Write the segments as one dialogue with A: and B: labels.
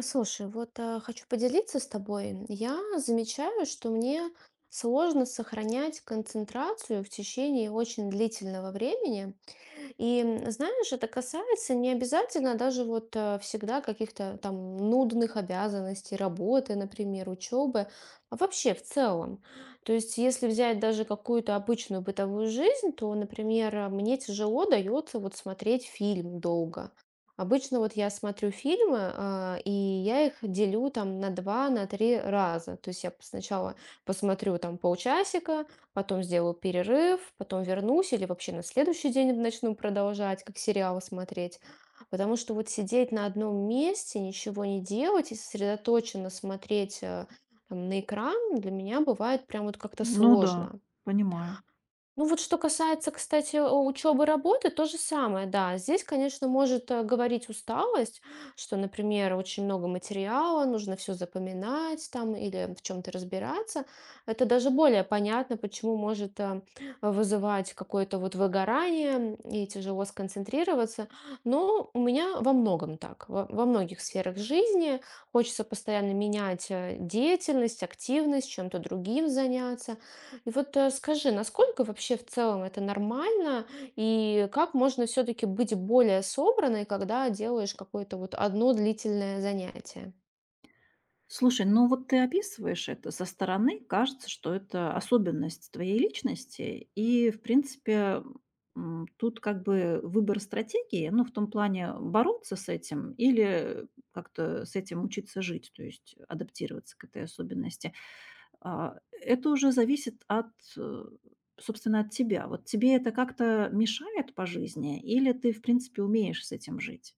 A: Слушай, вот хочу поделиться с тобой. Я замечаю, что мне сложно сохранять концентрацию в течение очень длительного времени. И, знаешь, это касается не обязательно даже вот всегда каких-то там нудных обязанностей, работы, например, учебы, а вообще в целом. То есть, если взять даже какую-то обычную бытовую жизнь, то, например, мне тяжело дается вот смотреть фильм долго. Обычно вот я смотрю фильмы, и я их делю там на два, на три раза. То есть я сначала посмотрю там полчасика, потом сделаю перерыв, потом вернусь или вообще на следующий день начну продолжать, как сериалы смотреть. Потому что вот сидеть на одном месте, ничего не делать и сосредоточенно смотреть там на экран для меня бывает прям вот как-то
B: Ну да,
A: сложно.
B: понимаю.
A: Ну вот что касается, кстати, учебы, работы, то же самое, да. Здесь, конечно, может говорить усталость, что, например, очень много материала, нужно все запоминать там или в чем-то разбираться. Это даже более понятно, почему может вызывать какое-то вот выгорание и тяжело сконцентрироваться. Но у меня во многом так, во многих сферах жизни хочется постоянно менять деятельность, активность, чем-то другим заняться. И вот скажи, насколько вообще в целом это нормально, и как можно все-таки быть более собранной, когда делаешь какое-то вот одно длительное занятие?
B: Слушай, ну вот ты описываешь это со стороны, кажется, что это особенность твоей личности, и, в принципе, тут как бы выбор стратегии, ну, в том плане бороться с этим или как-то с этим учиться жить, то есть адаптироваться к этой особенности. Это уже зависит от, э, собственно, от тебя. Вот тебе это как-то мешает по жизни, или ты, в принципе, умеешь с этим жить?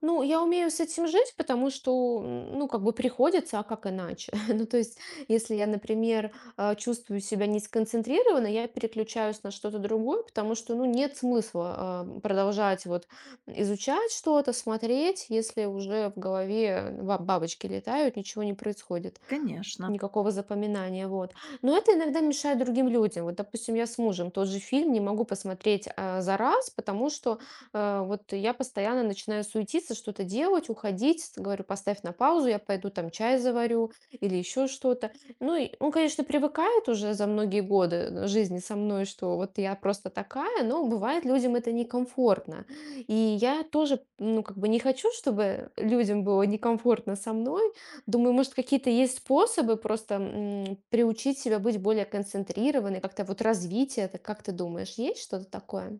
A: Ну, я умею с этим жить, потому что, ну, как бы приходится, а как иначе? Ну, то есть, если я, например, чувствую себя не сконцентрированно, я переключаюсь на что-то другое, потому что, ну, нет смысла продолжать вот изучать что-то, смотреть, если уже в голове бабочки летают, ничего не происходит.
B: Конечно.
A: Никакого запоминания, вот. Но это иногда мешает другим людям. Вот, допустим, я с мужем тот же фильм не могу посмотреть, за раз, потому что, вот я постоянно начинаю суетиться, что-то делать, уходить. С говорю: «Поставь на паузу, я пойду там чай заварю или еще что-то». Ну и он, конечно, привыкает уже за многие годы, жизни со мной, что вот я просто такая, но бывает людям это некомфортно. И я тоже, ну, как бы не хочу, чтобы людям было некомфортно со мной. Думаю, может, какие-то есть способы просто приучить себя быть более концентрированной, как-то вот развитие это, как ты думаешь, есть что-то такое?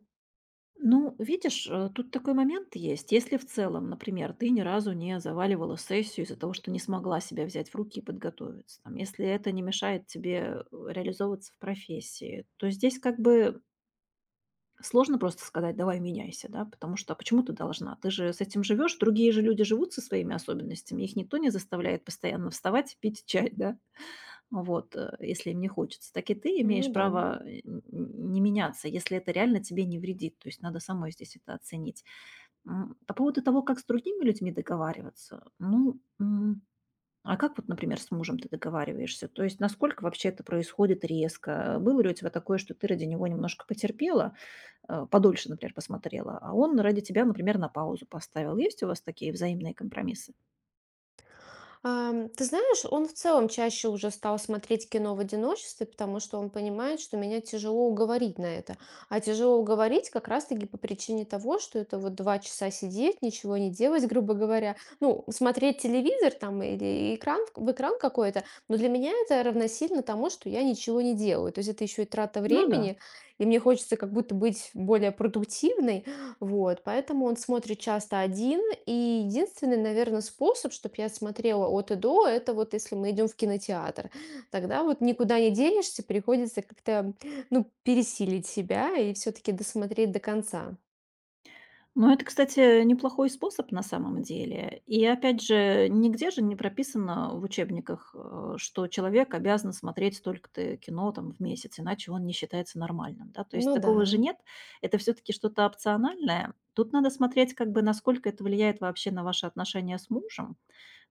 B: Ну, видишь, тут такой момент есть. Если в целом, например, ты ни разу не заваливала сессию из-за того, что не смогла себя взять в руки и подготовиться, там, если это не мешает тебе реализовываться в профессии, то здесь как бы сложно просто сказать, давай меняйся, да, потому что а почему ты должна? Ты же с этим живешь, другие же люди живут со своими особенностями, их никто не заставляет постоянно вставать, пить чай, да, вот, если им не хочется. Так и ты
A: Ну
B: имеешь
A: да.
B: право не меняться, если это реально тебе не вредит, то есть надо самой здесь это оценить. По поводу того, как с другими людьми договариваться, ну, а как вот, например, с мужем ты договариваешься? То есть насколько вообще это происходит резко? Было ли у тебя такое, что ты ради него немножко потерпела, подольше, например, посмотрела, а он ради тебя, например, на паузу поставил? Есть у вас такие взаимные компромиссы?
A: Ты знаешь, он в целом чаще уже стал смотреть кино в одиночестве, потому что он понимает, что меня тяжело уговорить на это. А тяжело уговорить как раз-таки по причине того, что это вот 2 часа сидеть, ничего не делать, грубо говоря. Ну, смотреть телевизор там или экран, в экран какой-то. Но для меня это равносильно тому, что я ничего не делаю. То есть это еще и трата
B: Ну да.
A: времени, и мне хочется как будто быть более продуктивной. Вот, поэтому он смотрит часто один. И единственный, наверное, способ, чтобы я смотрела от и до, это вот если мы идем в кинотеатр. Тогда вот никуда не денешься, приходится как-то, ну, пересилить себя и все-таки досмотреть до конца.
B: Ну, это, кстати, неплохой способ на самом деле. И опять же, нигде же не прописано в учебниках, что человек обязан смотреть столько-то кино там в месяц, иначе он не считается нормальным, да. То есть
A: Ну да.
B: такого же нет. Это все-таки что-то опциональное. Тут надо смотреть, как бы, насколько это влияет вообще на ваши отношения с мужем.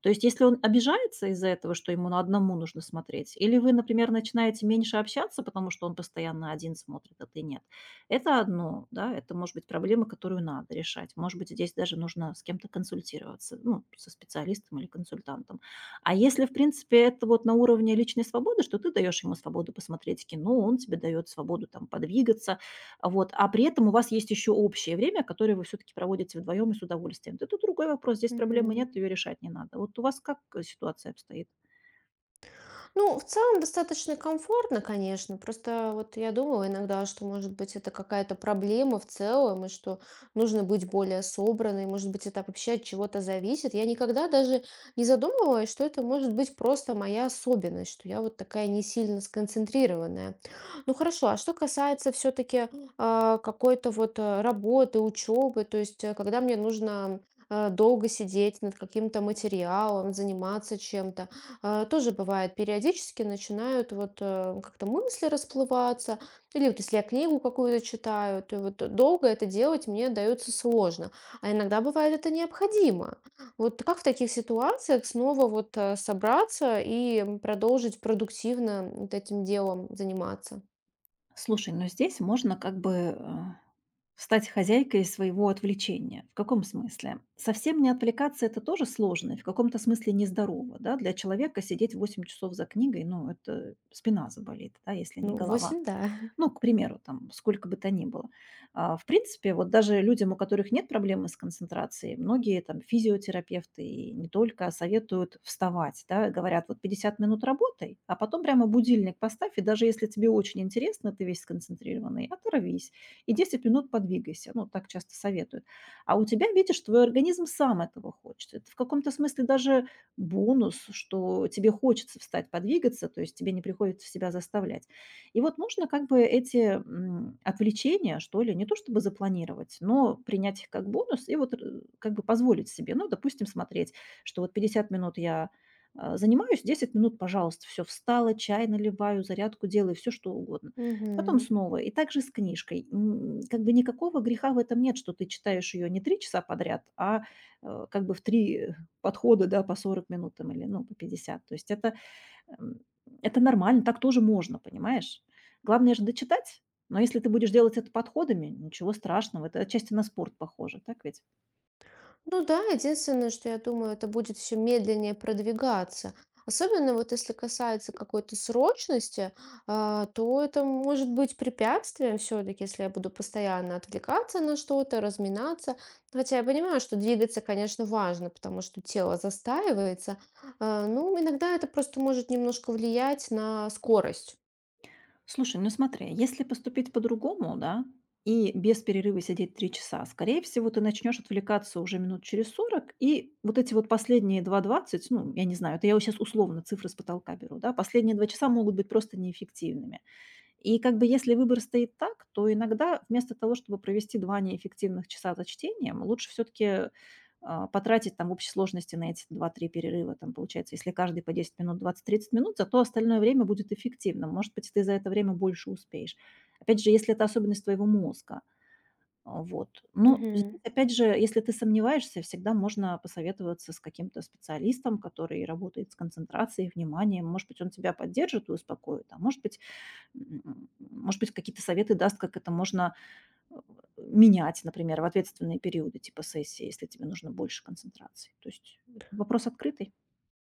B: То есть если он обижается из-за этого, что ему на одному нужно смотреть, или вы, например, начинаете меньше общаться, потому что он постоянно один смотрит, а ты нет. Это одно, да, это может быть проблема, которую надо решать. Может быть, здесь даже нужно с кем-то консультироваться, ну, со специалистом или консультантом. А если, в принципе, это вот на уровне личной свободы, что ты даешь ему свободу посмотреть кино, он тебе дает свободу там подвигаться, вот, а при этом у вас есть еще общее время, которое вы все-таки проводите вдвоем и с удовольствием. Это другой вопрос, здесь проблемы
A: Мгм.
B: нет, ее решать не надо. Вот у вас как ситуация обстоит?
A: Ну, в целом достаточно комфортно, конечно. Просто вот я думала иногда, что, может быть, это какая-то проблема в целом, и что нужно быть более собранной, может быть, это вообще от чего-то зависит. Я никогда даже не задумывалась, что это может быть просто моя особенность, что я вот такая не сильно сконцентрированная. Ну, хорошо, а что касается все-таки какой-то вот работы, учебы, то есть когда мне нужно долго сидеть над каким-то материалом, заниматься чем-то, тоже бывает, периодически начинают вот как-то мысли расплываться, или вот если я книгу какую-то читаю, то вот долго это делать мне дается сложно, а иногда бывает это необходимо. Вот как в таких ситуациях снова вот собраться и продолжить продуктивно вот этим делом заниматься?
B: Слушай, но здесь можно как бы стать хозяйкой своего отвлечения. В каком смысле? Совсем не отвлекаться – это тоже сложно, и в каком-то смысле нездорово. Да? Для человека сидеть 8 часов за книгой, ну это спина заболит, да, если не
A: Ну,
B: голова.
A: 8 да.
B: Ну, к примеру, там, сколько бы то ни было. А, в принципе, вот даже людям, у которых нет проблемы с концентрацией, многие там физиотерапевты и не только советуют вставать, да, говорят, вот 50 минут работай, а потом прямо будильник поставь, и даже если тебе очень интересно, ты весь сконцентрированный, оторвись и 10 минут подвигайся. Ну, так часто советуют. А у тебя, видишь, твой организм сам этого хочет. Это в каком-то смысле даже бонус, что тебе хочется встать, подвигаться, то есть тебе не приходится себя заставлять. И вот нужно как бы эти, отвлечения, что ли, не то чтобы запланировать, но принять их как бонус и вот р как бы позволить себе. Ну, допустим, смотреть, что вот 50 минут я, занимаюсь, 10 минут, пожалуйста, все встала, чай наливаю, зарядку делаю, все что угодно. Потом
A: Мгм.
B: снова. И также с книжкой. Как бы никакого греха в этом нет, что ты читаешь ее не 3 часа подряд, как бы в 3 подхода, да, по 40 минут там или, ну, по 50. То есть Эм, это нормально, так тоже можно, понимаешь? Главное же дочитать. Но если ты будешь делать это подходами, ничего страшного. Это отчасти на спорт похоже, так ведь?
A: Ну да, единственное, что я думаю, это будет все медленнее продвигаться. Особенно вот если касается какой-то срочности, то это может быть препятствием все-таки, если я буду постоянно отвлекаться на что-то, разминаться. Хотя я понимаю, что двигаться, конечно, важно, потому что тело застаивается. Ну, иногда это просто может немножко влиять на скорость.
B: Слушай, ну смотри, если поступить по-другому, да, и без перерыва сидеть 3 часа, скорее всего, ты начнешь отвлекаться уже минут через 40, и вот эти вот последние 2:20, ну, я не знаю, это я сейчас условно цифры с потолка беру, да, последние 2 часа могут быть просто неэффективными. И как бы если выбор стоит так, то иногда вместо того, чтобы провести 2 неэффективных часа за чтением, лучше все таки потратить там в общей сложности на эти 2-3 перерыва. Там получается, если каждый по 10 минут, 20-30 минут, зато остальное время будет эффективным. Может быть, ты за это время больше успеешь. Опять же, если это особенность твоего мозга. А, вот. Но здесь,
A: Мгм.
B: опять же, если ты сомневаешься, всегда можно посоветоваться с каким-то специалистом, который работает с концентрацией, вниманием. Может быть, он тебя поддержит и успокоит, а может быть, может быть, какие-то советы даст, как это можно, э, менять, например, в ответственные периоды типа сессии, если тебе нужно больше концентрации. То есть вопрос открытый.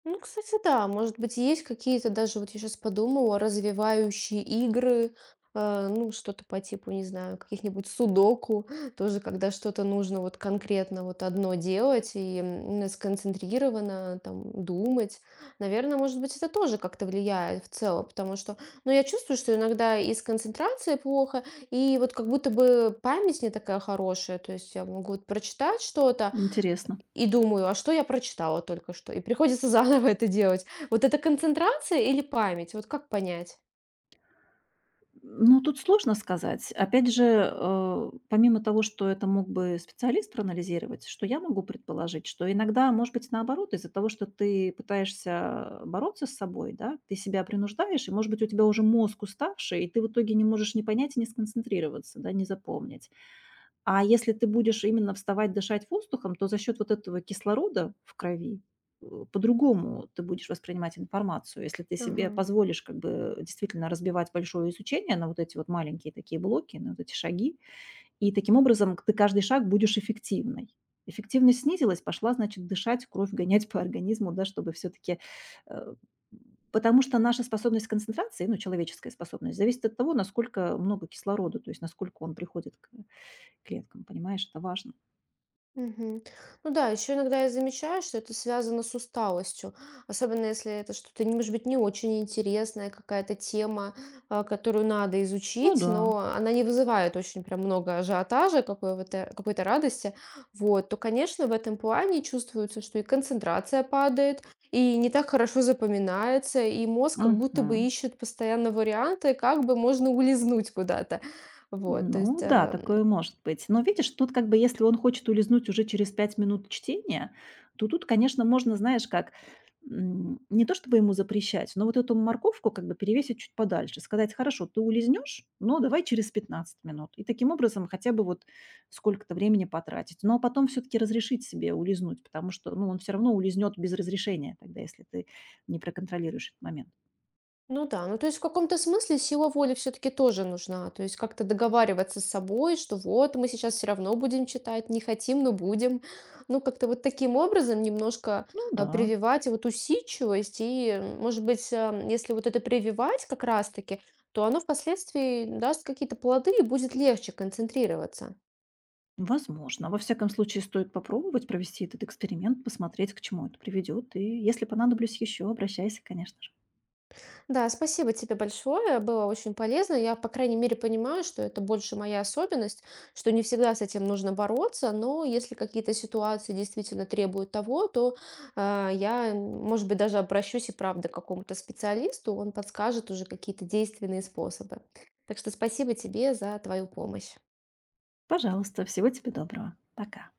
A: Ну, кстати, да, может быть, есть какие-то даже, вот я сейчас подумала, развивающие игры, ну, что-то по типу, не знаю, каких-нибудь судоку, тоже, когда что-то нужно вот конкретно вот одно делать и сконцентрированно там думать. Наверное, может быть, это тоже как-то влияет в целом, потому что, ну, я чувствую, что иногда и с концентрацией плохо, и вот как будто бы память не такая хорошая, то есть я могу вот прочитать что-то,
B: Интересно.
A: и думаю: «А что я прочитала только что?» И приходится заново это делать. Вот это концентрация или память? Вот как понять?
B: Ну, тут сложно сказать. Опять же, помимо того, что это мог бы специалист проанализировать, что я могу предположить, что иногда, может быть, наоборот, из-за того, что ты пытаешься бороться с собой, да, ты себя принуждаешь, и, может быть, у тебя уже мозг уставший, и ты в итоге не можешь ни понять, ни сконцентрироваться, да, не запомнить. А если ты будешь именно вставать, дышать воздухом, то за счет вот этого кислорода в крови, по-другому ты будешь воспринимать информацию. Если ты себе
A: Ага.
B: позволишь как бы действительно разбивать большое изучение на вот эти вот маленькие такие блоки, на вот эти шаги, и таким образом ты каждый шаг будешь эффективной. Эффективность снизилась, пошла, значит, дышать, кровь гонять по организму, да, чтобы все-таки потому что наша способность концентрации, ну, человеческая способность, зависит от того, насколько много кислорода, то есть насколько он приходит к клеткам, понимаешь, это важно.
A: Мгм. Ну да, еще иногда я замечаю, что это связано с усталостью, особенно если это что-то, может быть, не очень интересная какая-то тема, которую надо
B: Ну
A: изучить,
B: да.
A: но она не вызывает очень прям много ажиотажа, какой-то, какой-то радости, вот, то, конечно, в этом плане чувствуется, что и концентрация падает, и не так хорошо запоминается, и мозг как будто бы
B: Мгм.
A: ищет постоянно варианты, как бы можно улизнуть куда-то. Вот, то
B: Ну
A: есть
B: да, такое может быть. Но видишь, тут как бы если он хочет улизнуть уже через 5 минут чтения, то тут, конечно, можно, знаешь, как не то чтобы ему запрещать, но вот эту морковку как бы перевесить чуть подальше, сказать, хорошо, ты улизнешь, но давай через 15 минут. И таким образом хотя бы вот сколько-то времени потратить. Но потом все-таки разрешить себе улизнуть, потому что ну, он все равно улизнет без разрешения, тогда если ты не проконтролируешь этот момент.
A: ну да, ну то есть в каком-то смысле сила воли все-таки тоже нужна. То есть как-то договариваться с собой, что вот мы сейчас все равно будем читать, не хотим, но будем. Ну как-то вот таким образом немножко
B: Ну да,
A: прививать вот усидчивость. И, может быть, если вот это прививать как раз-таки, то оно впоследствии даст какие-то плоды и будет легче концентрироваться.
B: возможно. Во всяком случае, стоит попробовать провести этот эксперимент, посмотреть, к чему это приведет. И если понадоблюсь еще, обращайся, конечно же.
A: Да, спасибо тебе большое, было очень полезно. Я, по крайней мере, понимаю, что это больше моя особенность, что не всегда с этим нужно бороться, но если какие-то ситуации действительно требуют того, то я, может быть, даже обращусь и правда к какому-то специалисту, он подскажет уже какие-то действенные способы. Так что спасибо тебе за твою помощь.
B: Пожалуйста, всего тебе доброго. Пока.